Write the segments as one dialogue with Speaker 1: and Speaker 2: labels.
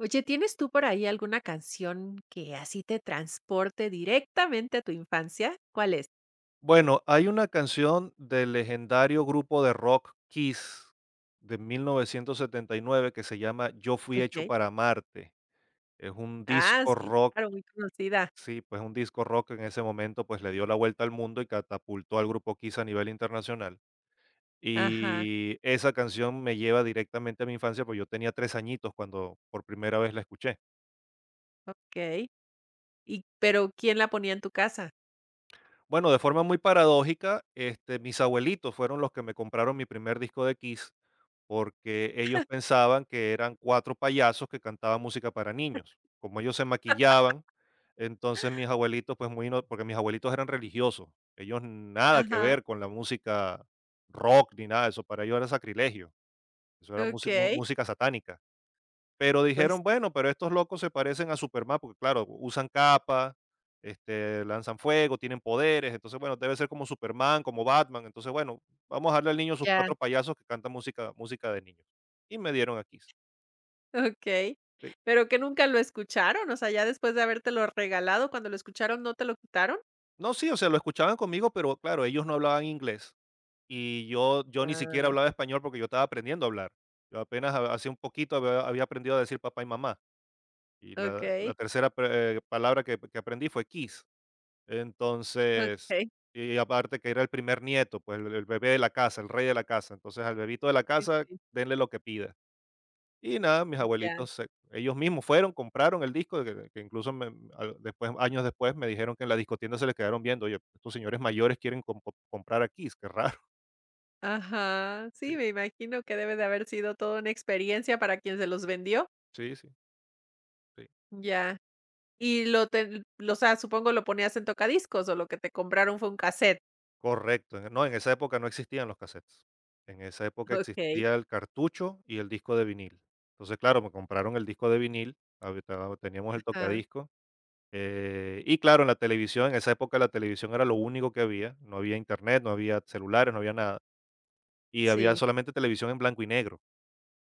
Speaker 1: Oye, ¿tienes tú por ahí alguna canción que así te transporte directamente a tu infancia? ¿Cuál es?
Speaker 2: Bueno, hay una canción del legendario grupo de rock Kiss de 1979 que se llama Yo fui hecho
Speaker 1: Okey.
Speaker 2: para amarte. Es un
Speaker 1: Ah,
Speaker 2: disco
Speaker 1: sí,
Speaker 2: rock,
Speaker 1: claro, muy conocida.
Speaker 2: sí, pues un disco rock que en ese momento pues le dio la vuelta al mundo y catapultó al grupo Kiss a nivel internacional.
Speaker 1: Ajá,
Speaker 2: Y esa canción me lleva directamente a mi infancia, pues yo tenía tres añitos cuando por primera vez la escuché.
Speaker 1: okey. Pero, ¿quién la ponía en tu casa?
Speaker 2: Bueno, de forma muy paradójica, mis abuelitos fueron los que me compraron mi primer disco de Kiss porque ellos pensaban que eran 4 payasos que cantaban música para niños. Como ellos se maquillaban, entonces mis abuelitos, pues, muy no, porque mis abuelitos eran religiosos, ellos nada que
Speaker 1: Ajá,
Speaker 2: ver con la música rock ni nada de eso, para ellos era sacrilegio, eso era musi mu
Speaker 1: okey,
Speaker 2: música satánica. Pero
Speaker 1: pues
Speaker 2: dijeron, bueno, pero estos locos se parecen a Superman, porque claro, usan capa, lanzan fuego, tienen poderes, entonces bueno, debe ser como Superman, como Batman, entonces bueno, vamos a darle al niño sus
Speaker 1: ya,
Speaker 2: cuatro payasos que cantan música, música de niños. Y me dieron a Kiss.
Speaker 1: okey.
Speaker 2: Sí.
Speaker 1: ¿Pero que nunca lo escucharon? O sea, ya después de habértelo regalado, cuando lo escucharon, ¿no te lo quitaron?
Speaker 2: No, sí, o sea, lo escuchaban conmigo, pero claro, ellos no hablaban inglés y yo ni siquiera
Speaker 1: Ah,
Speaker 2: hablaba español porque yo estaba aprendiendo a hablar. Yo apenas hacía un poquito había aprendido a decir papá y mamá. Y
Speaker 1: okey,
Speaker 2: la tercera palabra que aprendí fue Kiss. Entonces,
Speaker 1: okey.
Speaker 2: y aparte que era el primer nieto, pues el bebé de la casa, el rey de la casa. Entonces, al bebito de la
Speaker 1: Sí,
Speaker 2: casa,
Speaker 1: sí,
Speaker 2: denle lo que pida. Y nada, mis
Speaker 1: ya.
Speaker 2: abuelitos, ellos mismos fueron, compraron el disco, que incluso después, años después me dijeron que en la discotienda se les quedaron viendo, oye, estos señores mayores quieren comprar aquí, es que raro.
Speaker 1: Ajá,
Speaker 2: Sí,
Speaker 1: sí, me imagino que debe de haber sido toda una experiencia para quien se los vendió.
Speaker 2: sí, sí. Sí.
Speaker 1: Ya. Y lo te lo O sea, supongo lo ponías en tocadiscos, o lo que te compraron fue un casete.
Speaker 2: Correcto. No, en esa época no existían los cassettes. En esa época
Speaker 1: Okey.
Speaker 2: existía el cartucho y el disco de vinil. Entonces, claro, me compraron el disco de vinil, teníamos el
Speaker 1: Ajá.
Speaker 2: tocadiscos. Y claro, en la televisión, en esa época la televisión era lo único que había, no había internet, no había celulares, no había nada, y había
Speaker 1: Sí,
Speaker 2: solamente televisión en blanco y negro.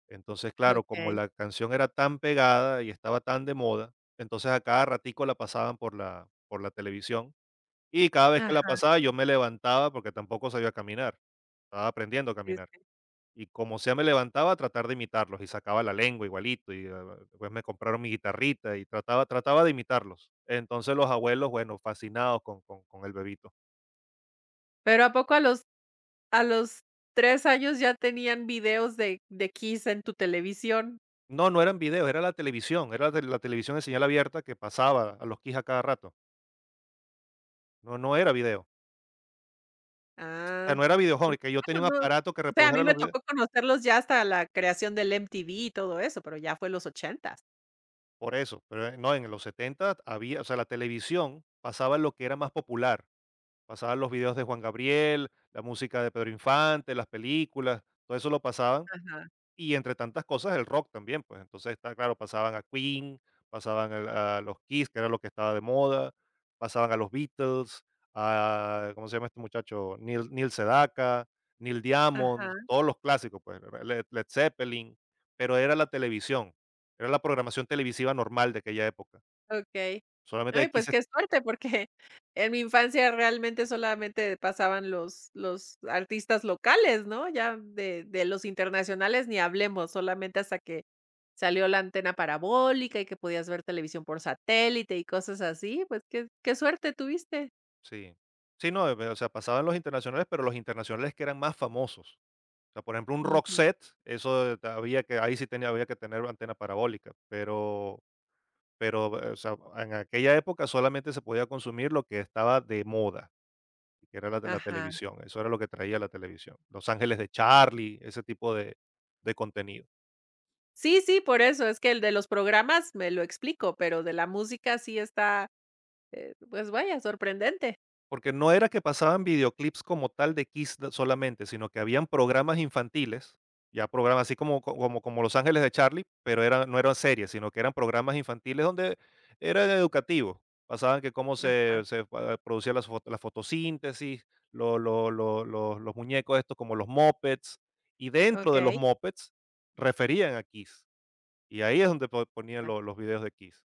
Speaker 2: Entonces, claro, como
Speaker 1: okey.
Speaker 2: la canción era tan pegada y estaba tan de moda, entonces a cada ratico la pasaban por por la televisión, y cada vez que la
Speaker 1: Ajá,
Speaker 2: pasaba yo me levantaba porque tampoco sabía caminar, estaba aprendiendo a
Speaker 1: sí,
Speaker 2: caminar.
Speaker 1: sí.
Speaker 2: Y como sea me levantaba, a tratar de imitarlos, y sacaba la lengua igualito, y, ah, después me compraron mi guitarrita y trataba de imitarlos. Entonces los abuelos, bueno, fascinados con el bebito.
Speaker 1: Pero, ¿a poco a los 3 años ya tenían videos de Kiss en tu televisión?
Speaker 2: No, no eran videos, era la televisión, era la la televisión de señal abierta que pasaba a los quijas cada rato. No, no era video. O sea,
Speaker 1: Ah,
Speaker 2: no era videojuego
Speaker 1: porque,
Speaker 2: que yo tenía
Speaker 1: bueno,
Speaker 2: un
Speaker 1: no
Speaker 2: aparato que
Speaker 1: o sea, a mí
Speaker 2: reprodujera
Speaker 1: me
Speaker 2: los videos.
Speaker 1: tocó conocerlos ya hasta la creación del MTV y todo eso, pero ya fue los ochentas.
Speaker 2: Por eso, pero, no, en los 70 había, o sea, la televisión pasaba lo que era más popular, pasaban los videos de Juan Gabriel, la música de Pedro Infante, las películas, todo eso lo pasaban.
Speaker 1: Ajá,
Speaker 2: Y entre tantas cosas, el rock también, pues, entonces está claro, pasaban a Queen, pasaban al a los Kiss, que era lo que estaba de moda, pasaban a los Beatles, a ¿cómo se llama este muchacho? Neil Sedaka, Neil Diamond,
Speaker 1: ajá.
Speaker 2: todos los clásicos, pues, Led Zeppelin, pero era la televisión, era la programación televisiva normal de aquella época.
Speaker 1: Okey.
Speaker 2: Solamente
Speaker 1: Ay,
Speaker 2: aquí
Speaker 1: pues
Speaker 2: se
Speaker 1: qué suerte, porque en mi infancia realmente solamente pasaban los artistas locales, ¿no? Ya de los internacionales ni hablemos, solamente hasta que salió la antena parabólica y que podías ver televisión por satélite y cosas así, pues qué suerte tuviste.
Speaker 2: sí. Sí, no, o sea, pasaban los internacionales, pero los internacionales que eran más famosos. O sea, por ejemplo, un
Speaker 1: Ujú.
Speaker 2: Roxette, eso había que ahí sí tenía había que tener antena parabólica, pero o sea, en aquella época solamente se podía consumir lo que estaba de moda, que era la de la
Speaker 1: Ajá.
Speaker 2: televisión, eso era lo que traía la televisión. Los Ángeles de Charlie, ese tipo de contenido.
Speaker 1: Sí, sí, por eso, es que el de los programas me lo explico, pero de la música sí está, pues vaya, sorprendente.
Speaker 2: Porque no era que pasaban videoclips como tal de Kiss d solamente, sino que habían programas infantiles, ya programas así como co como como Los Ángeles de Charlie, pero era no eran series, sino que eran programas infantiles donde eran educativos. Pasaban que cómo
Speaker 1: Ajá,
Speaker 2: se se pa producía las fo la fotosíntesis, lo los muñecos estos como los mopeds, y dentro de los
Speaker 1: okey.
Speaker 2: mopeds referían a Kiss, y ahí es donde po ponían lo los videos de Kiss.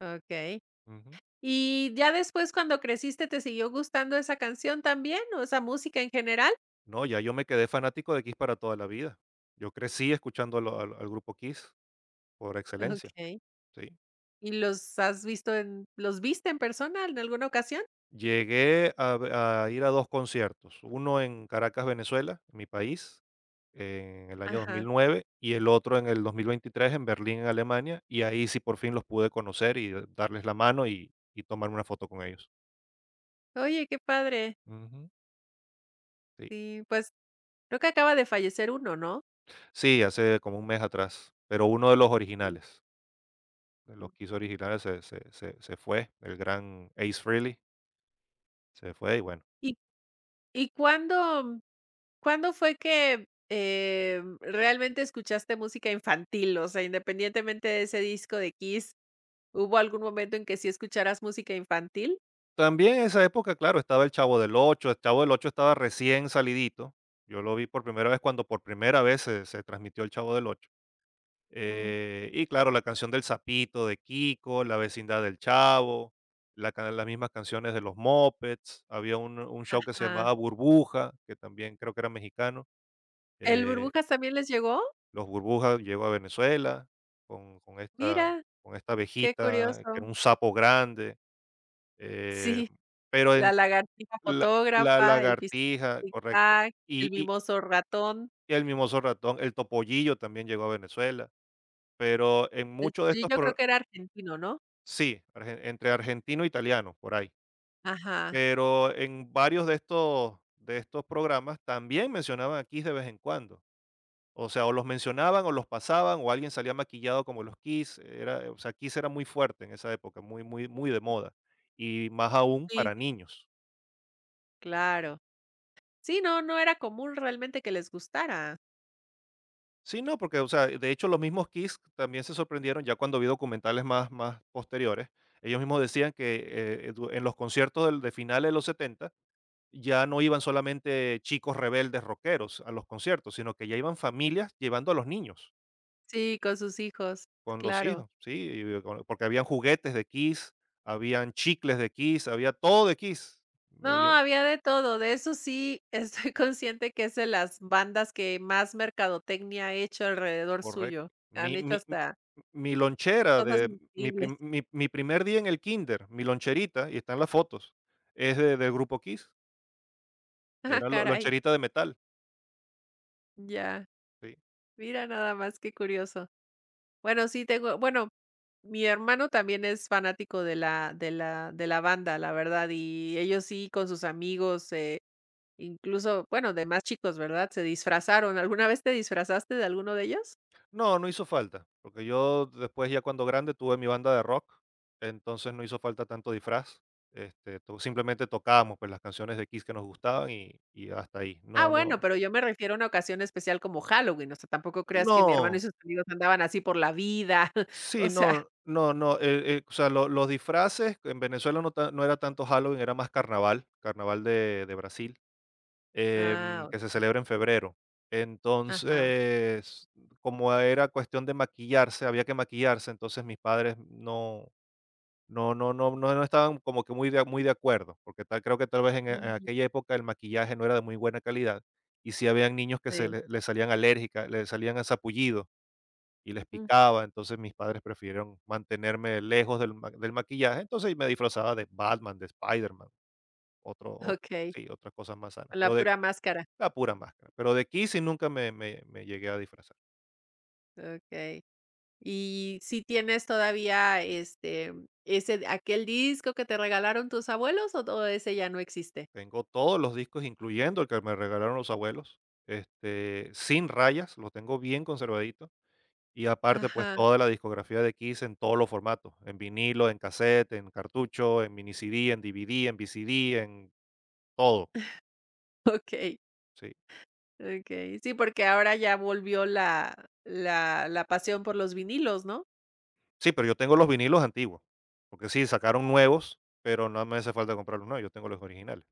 Speaker 1: Ah, okey.
Speaker 2: Ujú.
Speaker 1: ¿Y ya después cuando creciste te siguió gustando esa canción también, o esa música en general?
Speaker 2: No, ya yo me quedé fanático de Kiss para toda la vida. Yo crecí escuchando al grupo Kiss por excelencia,
Speaker 1: Okey.
Speaker 2: ¿sí?
Speaker 1: ¿Y los viste en persona en alguna ocasión?
Speaker 2: Llegué a, a ir a dos conciertos, uno en Caracas, Venezuela, en mi país, en el año
Speaker 1: Ajá.
Speaker 2: 2009, y el otro en el 2023 en Berlín, en Alemania, y ahí sí por fin los pude conocer y darles la mano y tomar una foto con ellos.
Speaker 1: Oye, qué padre.
Speaker 2: Ujú, sí.
Speaker 1: Sí, pues, creo que acaba de fallecer uno, ¿no?
Speaker 2: Sí, hace como un mes atrás, pero uno de los originales, de
Speaker 1: Ujú.
Speaker 2: los Kiss originales se fue, el gran Ace Frehley. Se fue y bueno.
Speaker 1: ¿Y y cuándo fue que, realmente escuchaste música infantil? O sea, independientemente de ese disco de Kiss. ¿Hubo algún momento en que sí escucharas música infantil?
Speaker 2: También en esa época, claro, estaba El Chavo del Ocho, El Chavo del Ocho estaba recién salidito. Yo lo vi por primera vez cuando por primera vez se transmitió El Chavo del Ocho.
Speaker 1: Ujú.
Speaker 2: Y claro, la canción del Sapito de Kiko, La vecindad del Chavo, las mismas canciones de los Mopeds. Había un show que se
Speaker 1: Ajá.
Speaker 2: llamaba Burbuja, que también creo que era mexicano.
Speaker 1: ¿El
Speaker 2: Eh,
Speaker 1: Burbujas también les llegó?
Speaker 2: los Burbujas llegó a Venezuela con, con esta,
Speaker 1: Mira,
Speaker 2: con esta
Speaker 1: qué
Speaker 2: abejita, que era
Speaker 1: curioso.
Speaker 2: un sapo grande. Eh,
Speaker 1: Sí,
Speaker 2: pero
Speaker 1: la
Speaker 2: en
Speaker 1: lagartija
Speaker 2: la
Speaker 1: fotógrafa, el pis
Speaker 2: lagartija,
Speaker 1: tic
Speaker 2: correcto.
Speaker 1: tac,
Speaker 2: Y
Speaker 1: el
Speaker 2: y
Speaker 1: mimoso ratón,
Speaker 2: el mimoso ratón, el topollillo también llegó a Venezuela, pero en
Speaker 1: el
Speaker 2: muchos de
Speaker 1: oye,
Speaker 2: estos
Speaker 1: yo creo
Speaker 2: pro
Speaker 1: que era argentino, ¿no?
Speaker 2: sí, argen entre argentino e italiano, por ahí.
Speaker 1: Ajá.
Speaker 2: Pero en varios de estos programas también mencionaban a Kiss de vez en cuando. O sea, o los mencionaban o los pasaban, o alguien salía maquillado como los Kiss, era o sea, Kiss era muy fuerte en esa época, muy de moda, y más aún
Speaker 1: Sí,
Speaker 2: para
Speaker 1: sí,
Speaker 2: niños.
Speaker 1: claro. Sí, no, no era común realmente que les gustara.
Speaker 2: Sí, no, porque, o sea, de hecho, los mismos Kiss también se sorprendieron ya cuando vi documentales más posteriores. Ellos mismos decían que en los conciertos de finales de los 70 ya no iban solamente chicos rebeldes rockeros a los conciertos, sino que ya iban familias llevando a los niños
Speaker 1: Sí, con sus hijos,
Speaker 2: con los
Speaker 1: claro.
Speaker 2: hijos, ¿sí? Y porque habían juguetes de Kiss, habían chicles de Kiss, había todo de Kiss.
Speaker 1: No,
Speaker 2: Eh,
Speaker 1: había de todo, de eso sí estoy consciente que es de las bandas que más mercadotecnia ha hecho alrededor suyo.
Speaker 2: correcto.
Speaker 1: Han
Speaker 2: Mi
Speaker 1: hecho
Speaker 2: mi m
Speaker 1: hasta
Speaker 2: mi lonchera de
Speaker 1: cosas increíbles.
Speaker 2: mi primer día en el kinder, mi loncherita, y están las fotos, es de del grupo Kiss, y
Speaker 1: Ah,
Speaker 2: era lo
Speaker 1: caray,
Speaker 2: loncherita de metal,
Speaker 1: ya.
Speaker 2: sí.
Speaker 1: Mira nada más, qué curioso. Bueno, sí tengo bueno, mi hermano también es fanático de la de la de la banda, la verdad, y ellos sí con sus amigos, incluso, bueno, de más chicos, ¿verdad? Se disfrazaron, ¿alguna vez te disfrazaste de alguno de ellos?
Speaker 2: No, no hizo falta, porque yo después, ya cuando grande, tuve mi banda de rock, entonces no hizo falta tanto disfraz, este, to simplemente tocábamos, pues, las canciones de Kiss que nos gustaban y hasta ahí.
Speaker 1: Ah,
Speaker 2: No, no
Speaker 1: bueno, pero yo me refiero a una ocasión especial como Halloween, o sea, tampoco creas que mi hermano y
Speaker 2: no.
Speaker 1: sus amigos andaban así por la vida. O
Speaker 2: Sí,
Speaker 1: sea,
Speaker 2: no, no, no, o sea, los disfraces en Venezuela no, no era tanto Halloween, era más carnaval, carnaval de Brasil,
Speaker 1: ah,
Speaker 2: que se
Speaker 1: o-
Speaker 2: celebra en febrero.
Speaker 1: ajá,
Speaker 2: Entonces, como era cuestión de maquillarse, había que maquillarse, entonces mis padres no estaban como que muy de acuerdo, porque tal, creo que tal vez en
Speaker 1: ujú,
Speaker 2: aquella época el maquillaje no era de muy buena calidad y sí habían niños que
Speaker 1: sí,
Speaker 2: le salían alérgicas, le salían a sapullidos y les
Speaker 1: ujú,
Speaker 2: picaba, entonces mis padres prefirieron mantenerme lejos del maquillaje, entonces me disfrazaba de Batman, de Spiderman, otro o
Speaker 1: okey,
Speaker 2: sí, otras cosas más sanas,
Speaker 1: con la
Speaker 2: pero de
Speaker 1: pura máscara,
Speaker 2: la pura máscara, pero de Kiss sí nunca me llegué a disfrazar.
Speaker 1: okey. ¿Y si tienes todavía, ese aquel disco que te regalaron tus abuelos o todo ese ya no existe?
Speaker 2: Tengo todos los discos, incluyendo el que me regalaron los abuelos, sin rayas, lo tengo bien conservadito, y aparte, pues,
Speaker 1: Ajá,
Speaker 2: toda la discografía de Kiss en todos los formatos, en vinilo, en cassette en cartucho, en mini CD, en DVD, en VCD, en todo,
Speaker 1: okey,
Speaker 2: sí.
Speaker 1: okey. Sí, porque ahora ya volvió la pasión por los vinilos, ¿no?
Speaker 2: Sí, pero yo tengo los vinilos antiguos, porque sí, sacaron nuevos, pero no me hace falta comprar los nuevos, yo tengo los originales.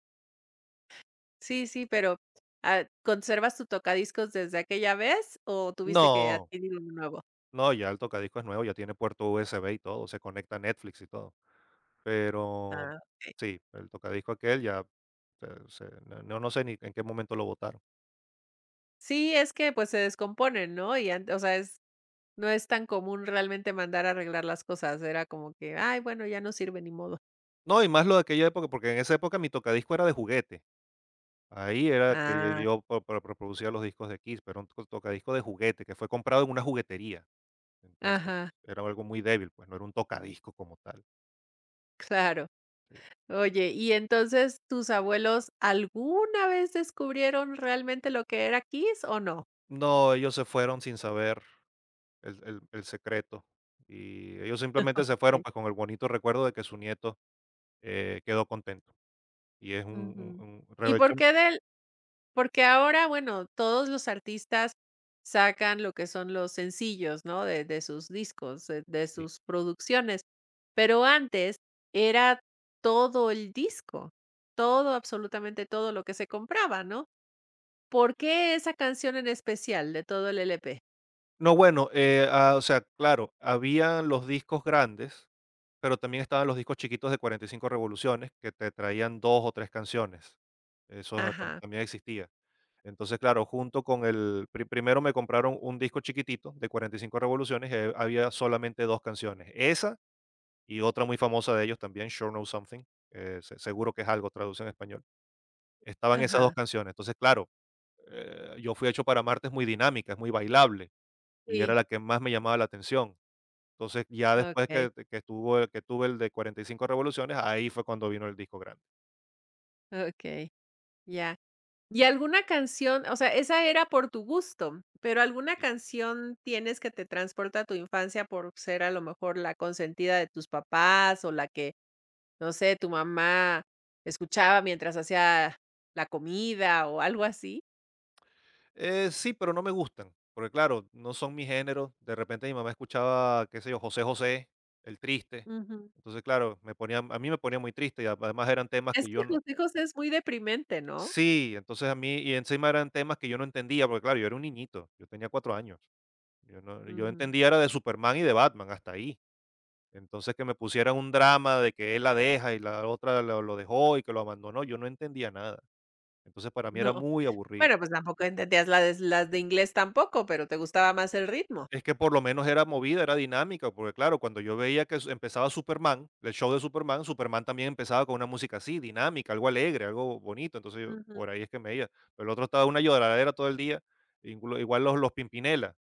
Speaker 1: Sí, sí, pero, ah, ¿conservas tu tocadiscos desde aquella vez o tuviste que
Speaker 2: No,
Speaker 1: adquirir uno nuevo?
Speaker 2: no, ya el tocadiscos es nuevo, ya tiene puerto USB y todo, se conecta a Netflix y todo. Pero
Speaker 1: Ah, okey.
Speaker 2: sí, el tocadisco aquel ya se se no sé ni en qué momento lo botaron.
Speaker 1: Sí, es que, pues, se descomponen, ¿no? Y ant O sea, es no es tan común realmente mandar a arreglar las cosas, era como que: "Ay, bueno, ya no sirve, ni modo".
Speaker 2: No, y más lo de aquella época, porque en esa época mi tocadisco era de juguete. Ahí era que
Speaker 1: Ah,
Speaker 2: yo pro pro reproducía los discos de Kiss, pero un to tocadiscos de juguete que fue comprado en una juguetería. Entonces,
Speaker 1: ajá,
Speaker 2: era algo muy débil, pues, no era un tocadisco como tal,
Speaker 1: claro.
Speaker 2: sí.
Speaker 1: Oye, y entonces, ¿tus abuelos alguna vez descubrieron realmente lo que era Kiss o no?
Speaker 2: No, ellos se fueron sin saber el secreto, y ellos simplemente se fueron,
Speaker 1: Okey.
Speaker 2: pues, con el bonito recuerdo de que su nieto, quedó contento, y es
Speaker 1: Ujú.
Speaker 2: un
Speaker 1: ¿Y por
Speaker 2: provecho
Speaker 1: qué de Porque ahora, bueno, todos los artistas sacan lo que son los sencillos, ¿no? De sus discos, de
Speaker 2: sí.
Speaker 1: sus producciones. Pero antes era todo el disco, todo, absolutamente todo lo que se compraba, ¿no? ¿Por qué esa canción en especial de todo el LP?
Speaker 2: No, bueno, o sea, claro, habían los discos grandes, pero también estaban los discos chiquitos de 45 revoluciones que te traían 2 o 3 canciones. Eso ja tam
Speaker 1: Ajá,
Speaker 2: también existía. Entonces, claro, junto con el primero me compraron un disco chiquitito de 45 revoluciones, había solamente 2 canciones. Esa y otra muy famosa de ellos también, Sure Know Something, seguro que es algo, traducción en español. Estaban esas dos
Speaker 1: ajá,
Speaker 2: canciones. Entonces, claro, yo fui hecho para Marte, es muy dinámica, es muy bailable y era
Speaker 1: sí,
Speaker 2: la que más me llamaba la atención. Entonces, ya después
Speaker 1: ok,
Speaker 2: estuvo el que tuve el de 45 revoluciones, ahí fue cuando vino el disco grande.
Speaker 1: ok, ya. Y alguna canción, o sea, esa era por tu gusto, pero alguna
Speaker 2: Sí.
Speaker 1: canción tienes que te transporta a tu infancia por ser a lo mejor la consentida de tus papás o la que, no sé, tu mamá escuchaba mientras hacía la comida o algo así.
Speaker 2: Sí, pero no me gustan, porque claro, no son mi género. De repente mi mamá escuchaba, qué sé yo, José José, El Triste.
Speaker 1: Ujú.
Speaker 2: Entonces, claro, a mí me ponía muy triste y además eran temas
Speaker 1: Es
Speaker 2: que
Speaker 1: que
Speaker 2: yo no...
Speaker 1: José José es muy deprimente, ¿no?
Speaker 2: Sí, entonces a mí, y encima eran temas que yo no entendía, porque claro, yo era un niñito, yo tenía 4 años. Yo, no, yo
Speaker 1: Ujú.
Speaker 2: entendía era de Superman y de Batman, hasta ahí. Entonces que me pusieran un drama de que él la deja y la otra lo dejó y que lo abandonó, yo no entendía nada. Entonces para mí era
Speaker 1: No.
Speaker 2: muy aburrido.
Speaker 1: Bueno, pues tampoco entendías las de inglés tampoco, pero te gustaba más el ritmo.
Speaker 2: Es que por lo menos era movida, era dinámica, porque claro, cuando yo veía que empezaba Superman, el show de Superman, Superman también empezaba con una música así, dinámica, algo alegre, algo bonito, entonces yo,
Speaker 1: Ujú.
Speaker 2: por ahí es que me veía. Pero el otro estaba una lloradera todo el día, igual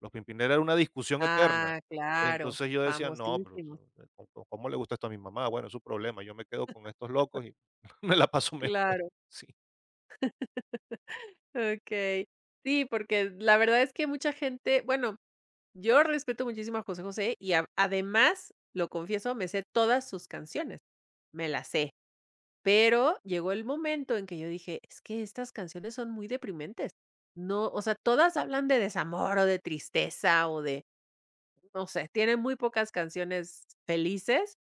Speaker 2: los Pimpinela era una discusión eterna.
Speaker 1: Ah, claro,
Speaker 2: Entonces yo decía, no, pero
Speaker 1: famosísimo
Speaker 2: cómo le gusta esto a mi mamá? Bueno, es su problema, yo me quedo con estos locos y me la paso mejor.
Speaker 1: claro.
Speaker 2: Sí,
Speaker 1: Okey. Sí, porque la verdad es que mucha gente bueno, yo respeto muchísimo a José José y a además, lo confieso, me sé todas sus canciones, me las sé, pero llegó el momento en que yo dije: "Es que estas canciones son muy deprimentes". No, o sea, todas hablan de desamor o de tristeza o de, no sé, tienen muy pocas canciones felices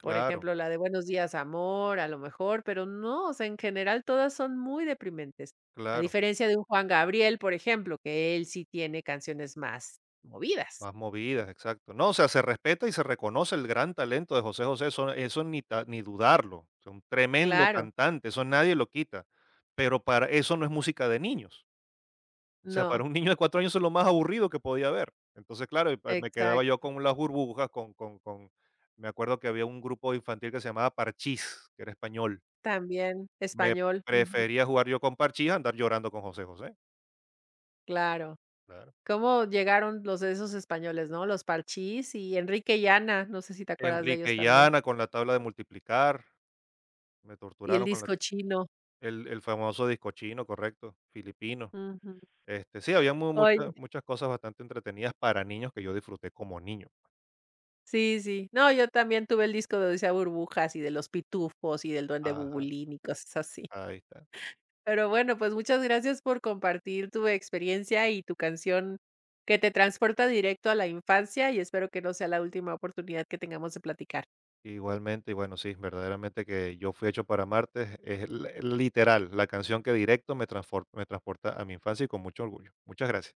Speaker 1: por ejemplo, la de Buenos días, amor, a lo mejor, pero no, o sea, en general todas son muy deprimentes. A
Speaker 2: claro.
Speaker 1: diferencia de un Juan Gabriel, por ejemplo, que él sí tiene canciones más movidas.
Speaker 2: Más movidas, exacto. No, o sea, se respeta y se reconoce el gran talento de José José, eso ni dudarlo. Es un tremendo
Speaker 1: Claro,
Speaker 2: cantante, eso nadie lo quita. Pero para eso no es música de niños. O sea,
Speaker 1: no,
Speaker 2: para un niño de 4 años es lo más aburrido que podía haber. Entonces, claro, y me quedaba yo
Speaker 1: exacto,
Speaker 2: con las burbujas, con... Me acuerdo que había un grupo infantil que se llamaba Parchís, que era español.
Speaker 1: también
Speaker 2: Me
Speaker 1: español, ujú,
Speaker 2: prefería jugar yo con Parchís a andar llorando con José José.
Speaker 1: claro.
Speaker 2: Claro.
Speaker 1: ¿Cómo llegaron los de esos españoles, no? Los Parchís y Enrique y Ana, no sé si te acuerdas de ellos
Speaker 2: Enrique y
Speaker 1: también,
Speaker 2: Ana con la tabla de multiplicar. Me
Speaker 1: y el
Speaker 2: torturaron con la
Speaker 1: disco chino.
Speaker 2: el famoso disco chino, correcto, filipino.
Speaker 1: Ujú.
Speaker 2: Este, sí, había mu
Speaker 1: Oye
Speaker 2: muchas muchas cosas bastante entretenidas para niños que yo disfruté como niño.
Speaker 1: sí, sí. No, yo también tuve el disco de Odisea Burbujas y de Los Pitufos y del Duende
Speaker 2: Ajá,
Speaker 1: Bubulín y cosas así.
Speaker 2: ahí está.
Speaker 1: Pero bueno, pues muchas gracias por compartir tu experiencia y tu canción que te transporta directo a la infancia y espero que no sea la última oportunidad que tengamos de platicar.
Speaker 2: Igualmente, y bueno, sí, verdaderamente que Yo fui hecho para Marte es l literal, la canción que directo me transporta a mi infancia y con mucho orgullo. Muchas gracias.